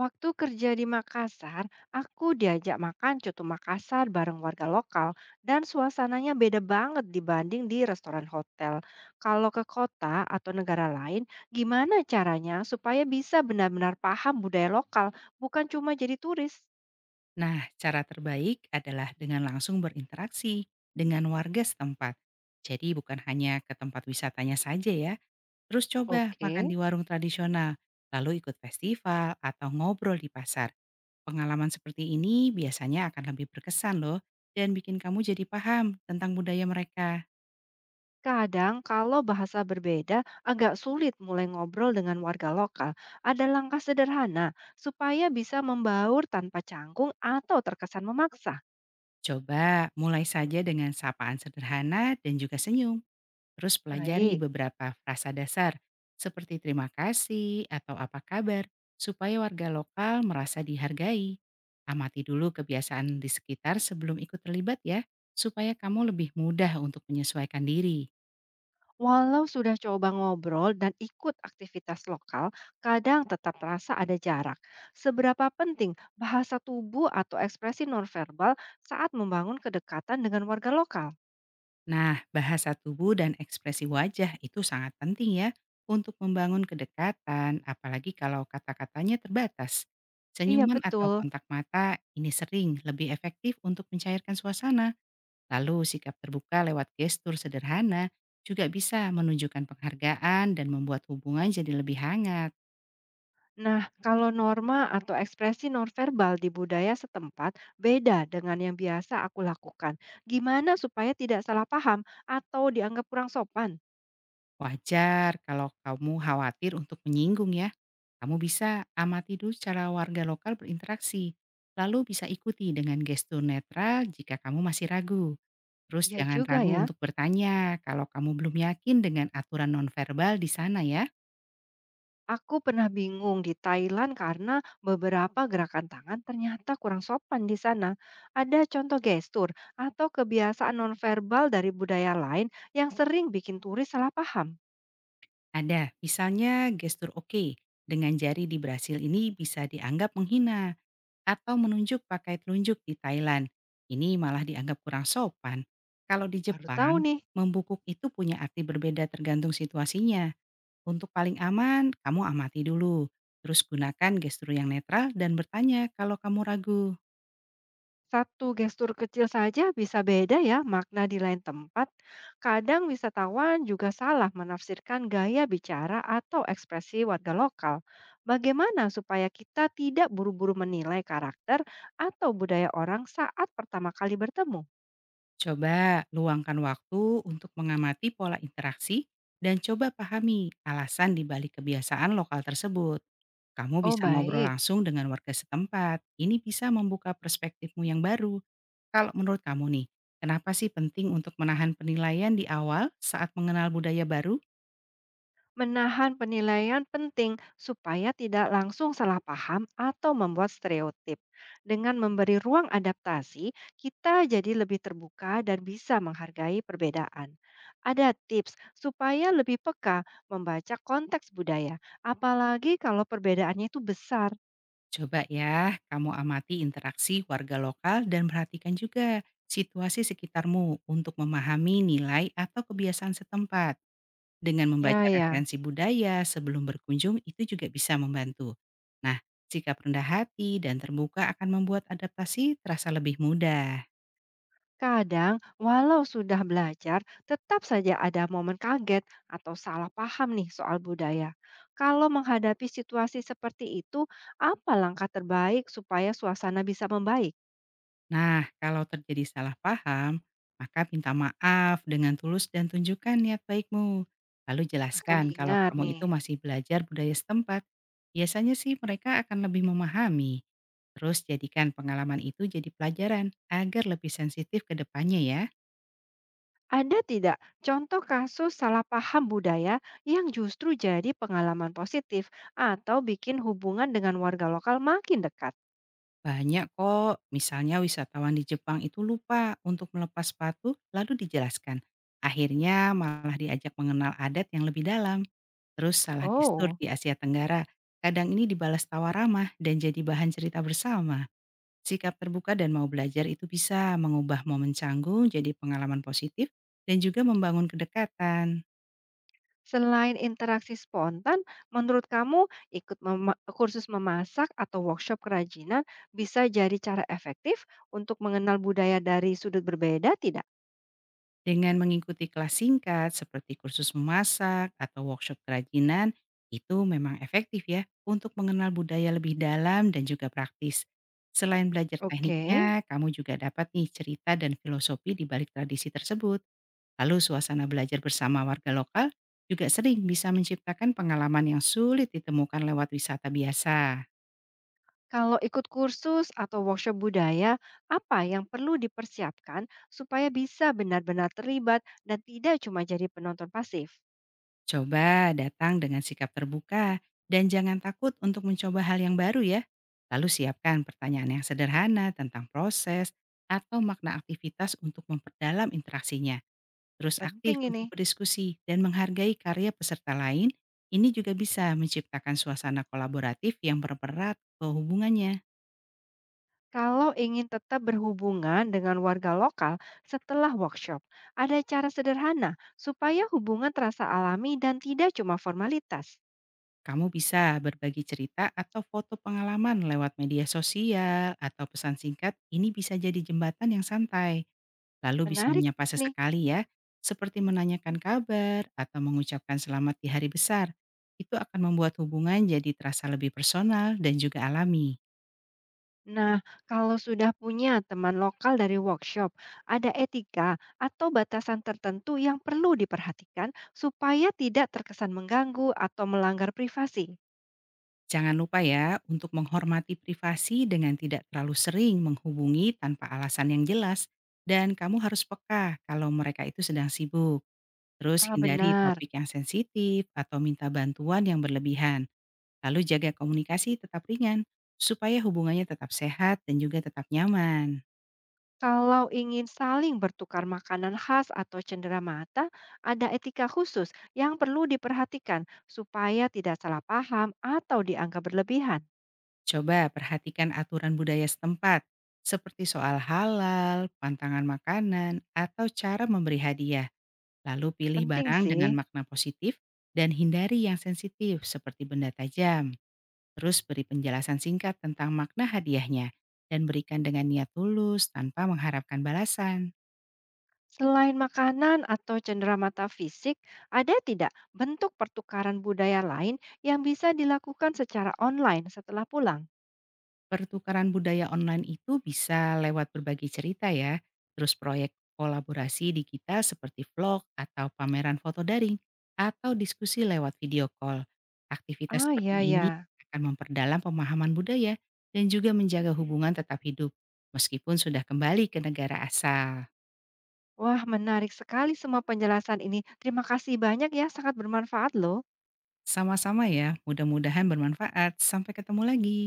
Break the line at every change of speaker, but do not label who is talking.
Waktu kerja di Makassar, aku diajak makan coto Makassar bareng warga lokal dan suasananya beda banget dibanding di restoran hotel. Kalau ke kota atau negara lain, gimana caranya supaya bisa benar-benar paham budaya lokal, bukan cuma jadi turis?
Nah, cara terbaik adalah dengan langsung berinteraksi dengan warga setempat. Jadi bukan hanya ke tempat wisatanya saja ya, terus coba
Oke,
makan di warung tradisional, lalu ikut festival atau ngobrol di pasar. Pengalaman seperti ini biasanya akan lebih berkesan loh dan bikin kamu jadi paham tentang budaya mereka.
kadang kalau bahasa berbeda agak sulit mulai ngobrol dengan warga lokal. Ada langkah sederhana supaya bisa membaur tanpa canggung atau terkesan memaksa.
Coba mulai saja dengan sapaan sederhana dan juga senyum. Terus pelajari
Baik.
beberapa frasa dasar seperti terima kasih atau apa kabar supaya warga lokal merasa dihargai. Amati dulu kebiasaan di sekitar sebelum ikut terlibat ya, supaya kamu lebih mudah untuk menyesuaikan diri.
Walau sudah coba ngobrol dan ikut aktivitas lokal, kadang tetap terasa ada jarak. Seberapa penting bahasa tubuh atau ekspresi nonverbal saat membangun kedekatan dengan warga lokal?
Nah, bahasa tubuh dan ekspresi wajah itu sangat penting ya untuk membangun kedekatan, apalagi kalau kata-katanya terbatas.
Iya,
Senyuman atau
betul.
kontak mata ini sering lebih efektif untuk mencairkan suasana. Lalu sikap terbuka lewat gestur sederhana juga bisa menunjukkan penghargaan dan membuat hubungan jadi lebih hangat.
Nah, kalau norma atau ekspresi nonverbal di budaya setempat beda dengan yang biasa aku lakukan, gimana supaya tidak salah paham atau dianggap kurang sopan?
Wajar kalau kamu khawatir untuk menyinggung ya. Kamu bisa amati dulu cara warga lokal berinteraksi. Lalu bisa ikuti dengan gestur netral jika kamu masih ragu. Terus
Ya
jangan
juga
ragu
ya,
untuk bertanya kalau kamu belum yakin dengan aturan nonverbal di sana ya.
aku pernah bingung di Thailand karena beberapa gerakan tangan ternyata kurang sopan di sana. Ada contoh gestur atau kebiasaan nonverbal dari budaya lain yang sering bikin turis salah paham.
Ada, misalnya gestur oke dengan jari di Brasil ini bisa dianggap menghina atau menunjuk pakai telunjuk di Thailand. Ini malah dianggap kurang sopan. Kalau di
Baru tahu
Jepang,
nih.
membungkuk itu punya arti berbeda tergantung situasinya. Untuk paling aman, kamu amati dulu. Terus gunakan gestur yang netral dan bertanya kalau kamu ragu.
Satu gestur kecil saja bisa beda ya makna di lain tempat. Kadang wisatawan juga salah menafsirkan gaya bicara atau ekspresi warga lokal. Bagaimana supaya kita tidak buru-buru menilai karakter atau budaya orang saat pertama kali bertemu?
Coba luangkan waktu untuk mengamati pola interaksi dan coba pahami alasan di balik kebiasaan lokal tersebut. Kamu
Oh,
bisa ngobrol
baik.
langsung dengan warga setempat. Ini bisa membuka perspektifmu yang baru. Kalau menurut kamu nih, kenapa sih penting untuk menahan penilaian di awal saat mengenal budaya baru?
Menahan penilaian penting supaya tidak langsung salah paham atau membuat stereotip. Dengan memberi ruang adaptasi, kita jadi lebih terbuka dan bisa menghargai perbedaan. Ada tips supaya lebih peka membaca konteks budaya, apalagi kalau perbedaannya itu besar.
Coba ya, kamu amati interaksi warga lokal dan perhatikan juga situasi sekitarmu untuk memahami nilai atau kebiasaan setempat. Dengan
Ya,
membaca
ya.
referensi budaya sebelum berkunjung itu juga bisa membantu. Nah, sikap rendah hati dan terbuka akan membuat adaptasi terasa lebih mudah.
Kadang, walau sudah belajar, tetap saja ada momen kaget atau salah paham nih soal budaya. Kalau menghadapi situasi seperti itu, apa langkah terbaik supaya suasana bisa membaik?
Nah, kalau terjadi salah paham, maka minta maaf dengan tulus dan tunjukkan niat baikmu. Lalu
Akan
jelaskan kalau
diingat
kamu
nih.
itu masih belajar budaya setempat. Biasanya sih mereka akan lebih memahami. Terus jadikan pengalaman itu jadi pelajaran agar lebih sensitif ke depannya ya.
Ada tidak contoh kasus salah paham budaya yang justru jadi pengalaman positif atau bikin hubungan dengan warga lokal makin dekat?
Banyak kok, misalnya wisatawan di Jepang itu lupa untuk melepas sepatu lalu dijelaskan. Akhirnya malah diajak mengenal adat yang lebih dalam. Terus salah gestur
Oh.
di Asia Tenggara, kadang ini dibalas tawa ramah dan jadi bahan cerita bersama. Sikap terbuka dan mau belajar itu bisa mengubah momen canggung jadi pengalaman positif dan juga membangun kedekatan.
Selain interaksi spontan, menurut kamu ikut kursus memasak atau workshop kerajinan bisa jadi cara efektif untuk mengenal budaya dari sudut berbeda tidak?
Dengan mengikuti kelas singkat seperti kursus memasak atau workshop kerajinan, itu memang efektif ya untuk mengenal budaya lebih dalam dan juga praktis. Selain belajar
Oke,
tekniknya, kamu juga dapat nih cerita dan filosofi di balik tradisi tersebut. Lalu suasana belajar bersama warga lokal juga sering bisa menciptakan pengalaman yang sulit ditemukan lewat wisata biasa.
kalau ikut kursus atau workshop budaya, apa yang perlu dipersiapkan supaya bisa benar-benar terlibat dan tidak cuma jadi penonton pasif?
Coba datang dengan sikap terbuka dan jangan takut untuk mencoba hal yang baru ya. Lalu siapkan pertanyaan yang sederhana tentang proses atau makna aktivitas untuk memperdalam interaksinya. Terus
Penting
aktif untuk
ini.
berdiskusi dan menghargai karya peserta lain, ini juga bisa menciptakan suasana kolaboratif yang bererat ke hubungannya.
Kalau ingin tetap berhubungan dengan warga lokal setelah workshop, ada cara sederhana supaya hubungan terasa alami dan tidak cuma formalitas.
Kamu bisa berbagi cerita atau foto pengalaman lewat media sosial atau pesan singkat. Ini bisa jadi jembatan yang santai. Lalu bisa
Menarik
menyapa
nih.
sesekali ya, seperti menanyakan kabar atau mengucapkan selamat di hari besar. Itu akan membuat hubungan jadi terasa lebih personal dan juga alami.
Nah, kalau sudah punya teman lokal dari workshop, ada etika atau batasan tertentu yang perlu diperhatikan supaya tidak terkesan mengganggu atau melanggar privasi.
Jangan lupa ya untuk menghormati privasi dengan tidak terlalu sering menghubungi tanpa alasan yang jelas. Dan kamu harus peka kalau mereka itu sedang sibuk. Terus
Ah,
hindari
benar.
topik yang sensitif atau minta bantuan yang berlebihan. Lalu jaga komunikasi tetap ringan, supaya hubungannya tetap sehat dan juga tetap nyaman.
Kalau ingin saling bertukar makanan khas atau cenderamata, ada etika khusus yang perlu diperhatikan supaya tidak salah paham atau dianggap berlebihan.
Coba perhatikan aturan budaya setempat, seperti soal halal, pantangan makanan, atau cara memberi hadiah. Lalu pilih
Penting
barang dengan
sih.
makna positif dan hindari yang sensitif seperti benda tajam. Terus beri penjelasan singkat tentang makna hadiahnya dan berikan dengan niat tulus tanpa mengharapkan balasan.
Selain makanan atau cenderamata fisik, ada tidak bentuk pertukaran budaya lain yang bisa dilakukan secara online setelah pulang?
Pertukaran budaya online itu bisa lewat berbagi cerita ya, terus proyek kolaborasi digital seperti vlog atau pameran foto daring, atau diskusi lewat video call.
Ah,
Aktivitas seperti
ya,
ini
ya.
akan memperdalam pemahaman budaya dan juga menjaga hubungan tetap hidup, meskipun sudah kembali ke negara asal.
Wah, menarik sekali semua penjelasan ini. Terima kasih banyak ya, sangat bermanfaat loh.
Sama-sama ya, mudah-mudahan bermanfaat. Sampai ketemu lagi.